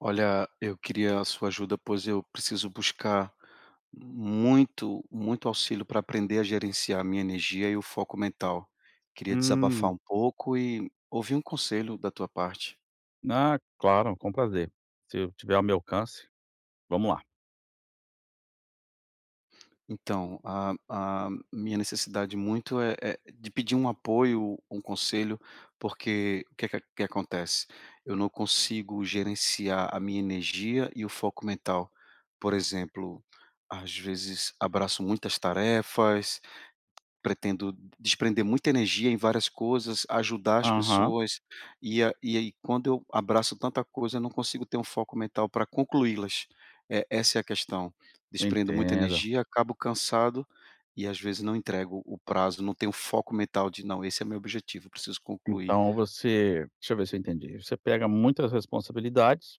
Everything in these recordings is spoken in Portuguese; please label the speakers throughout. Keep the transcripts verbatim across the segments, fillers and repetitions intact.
Speaker 1: Olha, eu queria a sua ajuda, pois eu preciso buscar muito, muito auxílio para aprender a gerenciar a minha energia e o foco mental. Queria desabafar
Speaker 2: Hum.
Speaker 1: um pouco e ouvir um conselho da tua parte.
Speaker 2: Ah, claro, com prazer. Se eu tiver ao meu alcance, vamos lá.
Speaker 1: Então, a, a minha necessidade muito é, é de pedir um apoio, um conselho, porque o que, é que, que acontece? Eu não consigo gerenciar a minha energia e o foco mental. Por exemplo, às vezes abraço muitas tarefas. Pretendo desprender muita energia em várias coisas, ajudar as
Speaker 2: Aham,
Speaker 1: pessoas, e a e aí quando eu abraço tanta coisa, eu não consigo ter um foco mental para concluí-las. É essa é a questão. Desprendo muita
Speaker 2: entendo.
Speaker 1: energia, acabo cansado, e às vezes não entrego o prazo, não tenho foco mental de: "Não, esse é meu objetivo, preciso concluir."
Speaker 2: Então, você deixa eu ver se eu entendi. Você pega muitas responsabilidades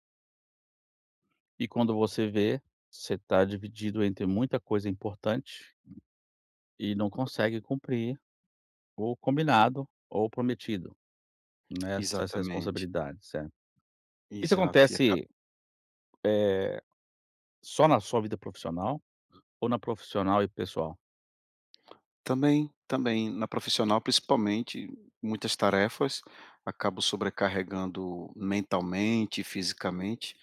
Speaker 2: e quando você vê, você está dividido entre muita coisa importante e não consegue cumprir o combinado ou o prometido nessas
Speaker 1: Exatamente.
Speaker 2: responsabilidades, certo. Isso
Speaker 1: Exato, e aca
Speaker 2: acontece, eh, só na sua vida profissional ou na profissional e pessoal?
Speaker 1: também, também. Na profissional, principalmente, muitas tarefas, acabo sobrecarregando mentalmente, fisicamente,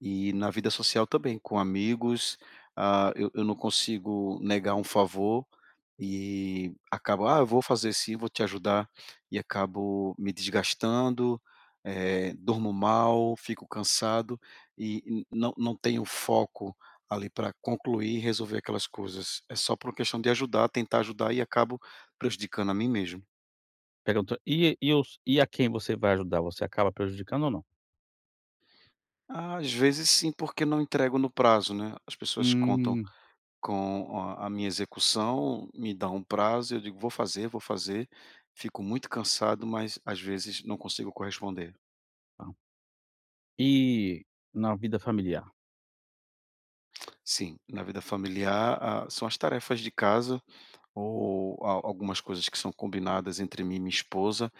Speaker 1: e na vida social também, com amigos. ah, eu eu não consigo negar um favor, e acabo: "Ah, eu vou fazer sim, vou te ajudar", e acabo me desgastando. Eh, durmo mal, fico cansado, e n não não tenho foco ali para concluir e resolver aquelas coisas. É só por questão de ajudar, tentar ajudar, e acabo prejudicando a mim mesmo.
Speaker 2: Perguntou: "E e os e a quem você vai ajudar, você acaba prejudicando ou não?".
Speaker 1: Às vezes sim, porque não entrego no prazo, né? As pessoas contam
Speaker 2: "Hum,
Speaker 1: com a a minha execução, me dão um prazo, eu digo vou fazer, vou fazer, fico muito cansado, mas às vezes não consigo corresponder.
Speaker 2: tá". E na vida familiar?
Speaker 1: Sim, na vida familiar, ah, são as tarefas de casa, ou a- algumas coisas que são combinadas entre mim e minha esposa.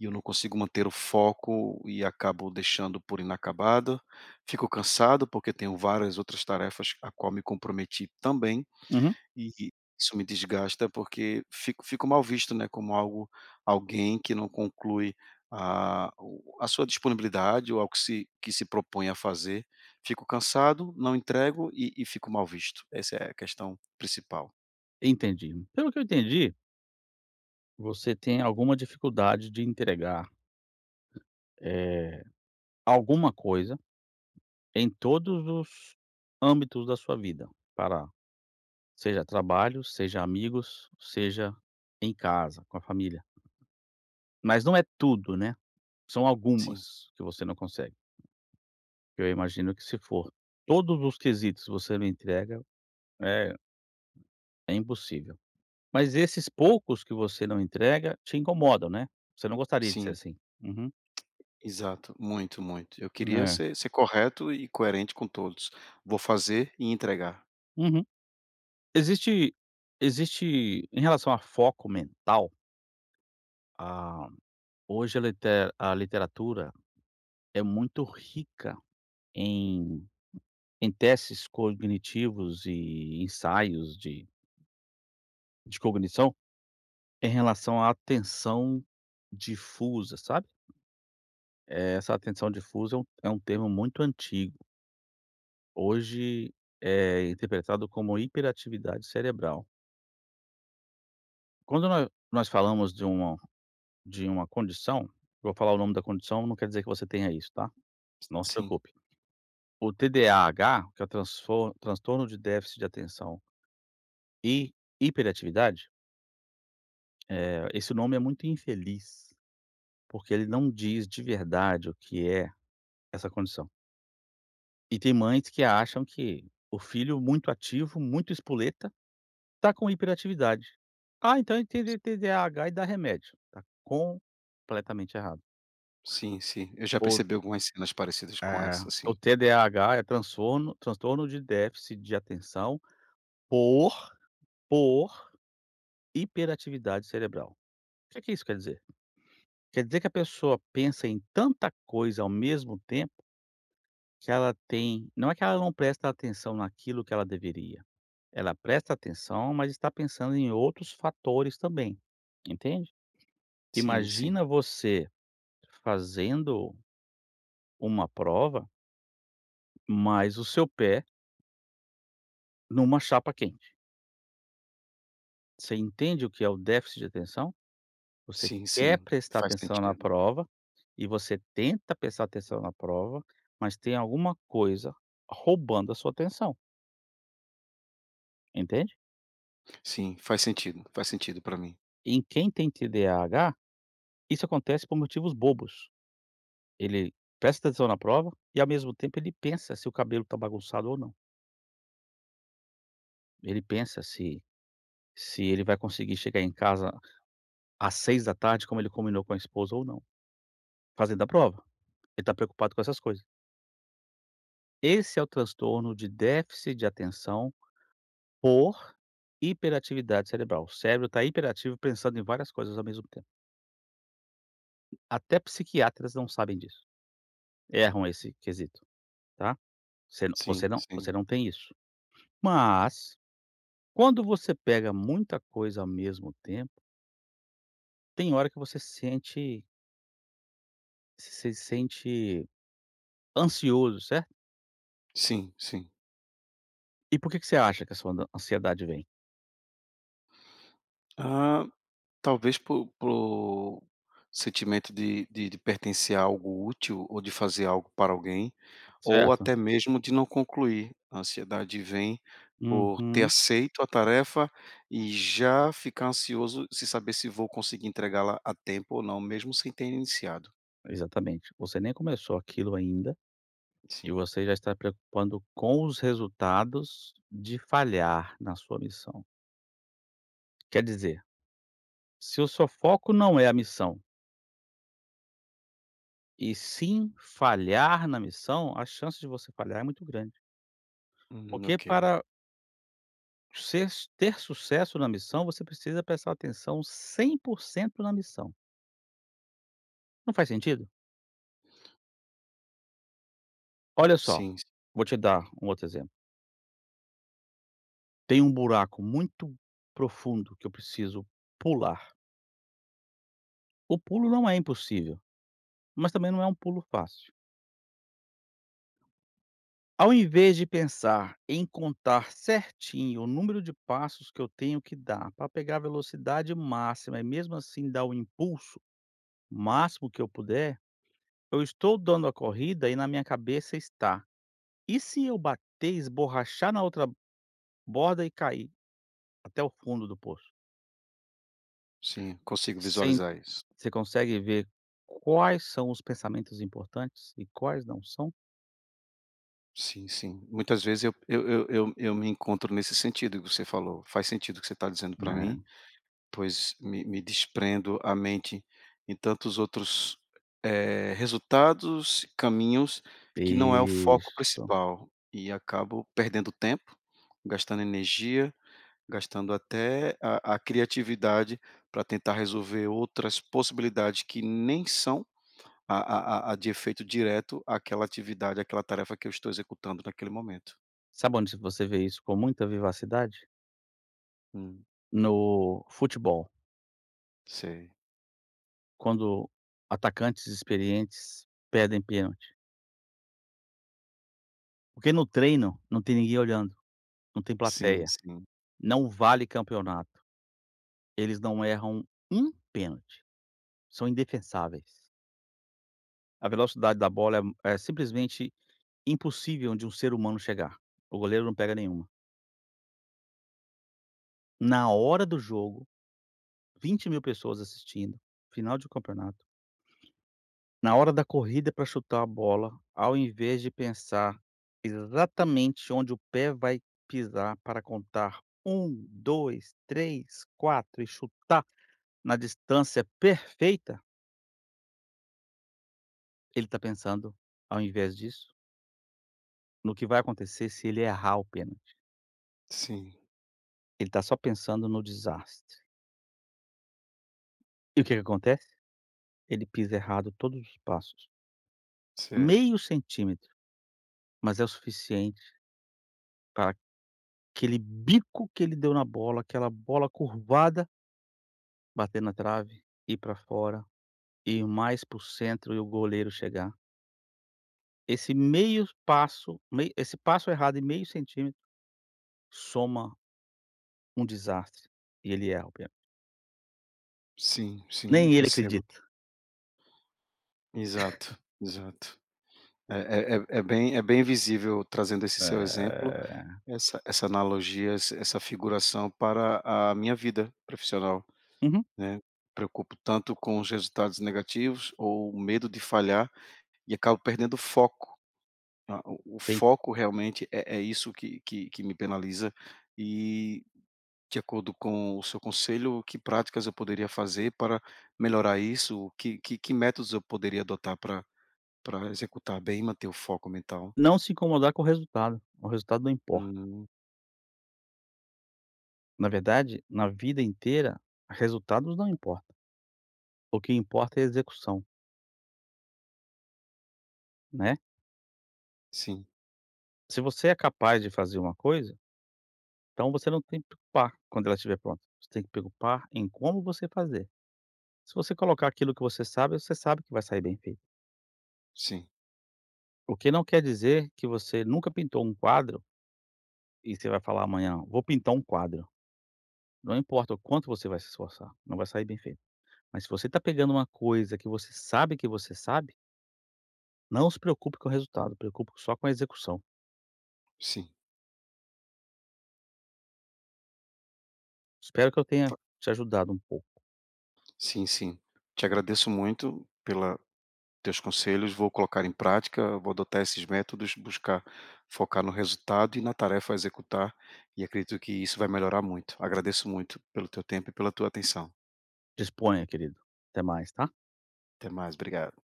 Speaker 1: E eu não consigo manter o foco e acabo deixando por inacabado. Fico cansado, porque tenho várias outras tarefas a qual me comprometi também,
Speaker 2: Uhum,
Speaker 1: e isso me desgasta, porque fico fico mal visto, né, como algo, alguém que não conclui a o a sua disponibilidade ou algo que se que se propõe a fazer. Fico cansado, não entrego, e e fico mal visto. Essa é a questão principal.
Speaker 2: entendi. Pelo que eu entendi, você tem alguma dificuldade de entregar, eh, alguma coisa em todos os âmbitos da sua vida, para seja trabalho, seja amigos, seja em casa, com a família. Mas não é tudo, né, são
Speaker 1: Sim,
Speaker 2: algumas que você não consegue. Eu imagino que se for todos os quesitos você não entrega, eh é impossível. Mas esses poucos que você não entrega te incomodam, né? Você não gostaria de ser
Speaker 1: sim.
Speaker 2: assim. Uhum.
Speaker 1: Exato, muito, muito. Eu queria
Speaker 2: É.
Speaker 1: ser ser correto e coerente com todos. Vou fazer e entregar.
Speaker 2: Uhum. Existe, existe em relação a foco mental, ah, hoje a liter a literatura é muito rica em em testes cognitivos e ensaios de de cognição em relação à atenção difusa, sabe? Essa atenção difusa é um é um termo muito antigo. Hoje é interpretado como hiperatividade cerebral. Quando nó nós falamos de uma de uma condição, vou falar o nome da condição, não quer dizer que você tenha isso, tá? Não se
Speaker 1: Sim,
Speaker 2: preocupe. O T D A H, que é o transfor transtorno de déficit de atenção e hiperatividade, eh, esse nome é muito infeliz, porque ele não diz de verdade o que é essa condição. E tem mães que acham que o filho muito ativo, muito espoleta, tá com hiperatividade. Ah, então entendi T D A H e dá remédio. Tá completamente errado.
Speaker 1: sim, sim. Eu já
Speaker 2: O,
Speaker 1: percebi algumas cenas parecidas com
Speaker 2: eh,
Speaker 1: essa,
Speaker 2: o
Speaker 1: sim.
Speaker 2: T D A H é transtorno transtorno de déficit de atenção por por hiperatividade cerebral. O que é que isso quer dizer? Quer dizer que a pessoa pensa em tanta coisa ao mesmo tempo que ela tem, não é que ela não presta atenção naquilo que ela deveria. Ela presta atenção, mas está pensando em outros fatores também, entende?
Speaker 1: Sim, sim.
Speaker 2: Imagina você fazendo uma prova, mas o seu pé numa chapa quente. Você entende o que é o déficit de atenção? Você
Speaker 1: Sim,
Speaker 2: quer
Speaker 1: sim.
Speaker 2: prestar
Speaker 1: Faz
Speaker 2: atenção na
Speaker 1: sentido.
Speaker 2: prova e você tenta prestar atenção na prova, mas tem alguma coisa roubando a sua atenção, entende?
Speaker 1: Sim, faz sentido, faz sentido para mim.
Speaker 2: Em quem tem T D A H, isso acontece por motivos bobos. Ele presta atenção na prova e ao mesmo tempo ele pensa se o cabelo está bagunçado ou não. Ele pensa se se ele vai conseguir chegar em casa às seis da tarde, como ele combinou com a esposa ou não, fazendo a prova. Ele está preocupado com essas coisas. Esse é o transtorno de déficit de atenção por hiperatividade cerebral. O cérebro está hiperativo pensando em várias coisas ao mesmo tempo. Até psiquiatras não sabem disso. Erram esse quesito, tá? Você não você
Speaker 1: Sim,
Speaker 2: não
Speaker 1: sim.
Speaker 2: você não tem isso. Mas, quando você pega muita coisa ao mesmo tempo, tem hora que você sente se sente ansioso, certo?
Speaker 1: Sim, sim.
Speaker 2: E por que que você acha que a sua ansiedade vem,
Speaker 1: Ah, talvez po por sentimento de de de pertencer a algo útil ou de fazer algo para alguém, ou
Speaker 2: certo?
Speaker 1: até mesmo de não concluir. A ansiedade vem por ter
Speaker 2: Uhum,
Speaker 1: aceito a tarefa e já ficar ansioso se saber se vou conseguir entregá-la a tempo ou não, mesmo sem ter iniciado.
Speaker 2: exatamente. Você nem começou aquilo ainda e
Speaker 1: Sim.
Speaker 2: você já está preocupando com os resultados de falhar na sua missão. Quer dizer, se o seu foco não é a missão, e sim falhar na missão, a chance de você falhar é muito grande.
Speaker 1: Hum,
Speaker 2: Porque
Speaker 1: ok.
Speaker 2: para ser ter sucesso na missão, você precisa prestar atenção cem por cento na missão. Não faz sentido? Olha só,
Speaker 1: Sim,
Speaker 2: vou te dar um outro exemplo. Tem um buraco muito profundo que eu preciso pular. O pulo não é impossível, mas também não é um pulo fácil. Ao invés de pensar em contar certinho o número de passos que eu tenho que dar para pegar a velocidade máxima e mesmo assim dar o impulso máximo que eu puder, eu estou dando a corrida e na minha cabeça está: e se eu bater, esborrachar na outra borda e cair até o fundo do poço?
Speaker 1: sim, consigo
Speaker 2: Sem,
Speaker 1: visualizar isso.
Speaker 2: você consegue ver quais são os pensamentos importantes e quais não são?
Speaker 1: Sim, sim. Muitas vezes eu eu eu eu eu me encontro nesse sentido que você falou. Faz sentido o que você está dizendo para mim. Pois me me desprendo a mente em tantos outros, eh, resultados, caminhos,
Speaker 2: É,
Speaker 1: que não é o foco
Speaker 2: isso.
Speaker 1: principal, e acabo perdendo tempo, gastando energia, gastando até a a criatividade para tentar resolver outras possibilidades que nem são a a a a de efeito direto àquela atividade, àquela tarefa que eu estou executando naquele momento.
Speaker 2: Sabe onde você vê isso com muita vivacidade?
Speaker 1: Hum,
Speaker 2: No futebol,
Speaker 1: sei.
Speaker 2: quando atacantes experientes perdem pênalti. Porque no treino não tem ninguém olhando, não tem
Speaker 1: Sim,
Speaker 2: plateia,
Speaker 1: sim.
Speaker 2: não vale campeonato. Eles não erram um pênalti, são indefensáveis. A velocidade da bola é, é simplesmente impossível de um ser humano chegar. O goleiro não pega nenhuma. Na hora do jogo, vinte mil pessoas assistindo, final de campeonato. Na hora da corrida para chutar a bola, ao invés de pensar exatamente onde o pé vai pisar para contar um, dois, três, quatro e chutar na distância perfeita, ele está pensando, ao invés disso, no que vai acontecer se ele errar o pênalti.
Speaker 1: Sim,
Speaker 2: Ele está só pensando no desastre. E o que que acontece? Ele pisa errado todos os passos.
Speaker 1: certo.
Speaker 2: Meio centímetro, mas é o suficiente para aquele bico que ele deu na bola, aquela bola curvada bater na trave, ir para fora, ir mais para o centro e o goleiro chegar. Esse meio passo, mei esse passo errado e meio centímetro soma um desastre, e ele erra o pênalti.
Speaker 1: Sim, sim, eu
Speaker 2: Nem ele
Speaker 1: percebo.
Speaker 2: acredita.
Speaker 1: Exato, exato. É é é é bem é bem visível trazendo esse seu exemplo,
Speaker 2: É.
Speaker 1: essa essa analogia, essa essa figuração para a minha vida profissional,
Speaker 2: Uhum,
Speaker 1: né. Preocupo tanto com os resultados negativos ou o medo de falhar, e acabo perdendo o foco. Ah, o o
Speaker 2: sim.
Speaker 1: foco realmente é é isso que que que me penaliza, e, de acordo com o seu conselho, que práticas eu poderia fazer para melhorar isso? Que que que métodos eu poderia adotar para para executar bem e manter o foco mental.
Speaker 2: Não se incomodar com o resultado, o resultado não importa.
Speaker 1: Hum,
Speaker 2: Na verdade, na vida inteira, resultados não importam, o que importa é a execução, né.
Speaker 1: sim,
Speaker 2: Se você é capaz de fazer uma coisa, então você não tem que preocupar quando ela estiver pronta, você tem que preocupar em como você fazer. Se você colocar aquilo que você sabe, você sabe que vai sair bem feito.
Speaker 1: sim,
Speaker 2: O que não quer dizer que você nunca pintou um quadro e você vai falar amanhã: "Vou pintar um quadro". Não importa o quanto você vai se esforçar, não vai sair bem feito. Mas se você está pegando uma coisa que você sabe que você sabe, não se preocupe com o resultado, preocupe só com a execução.
Speaker 1: sim,
Speaker 2: Espero que eu tenha
Speaker 1: fa
Speaker 2: te ajudado um pouco.
Speaker 1: sim, sim. Te agradeço muito pela teus conselhos, vou colocar em prática, vou adotar esses métodos, buscar focar no resultado e na tarefa a executar, e acredito que isso vai melhorar muito. Agradeço muito pelo teu tempo e pela tua atenção.
Speaker 2: Disponha, querido. Até mais, tá?
Speaker 1: Até mais, obrigado.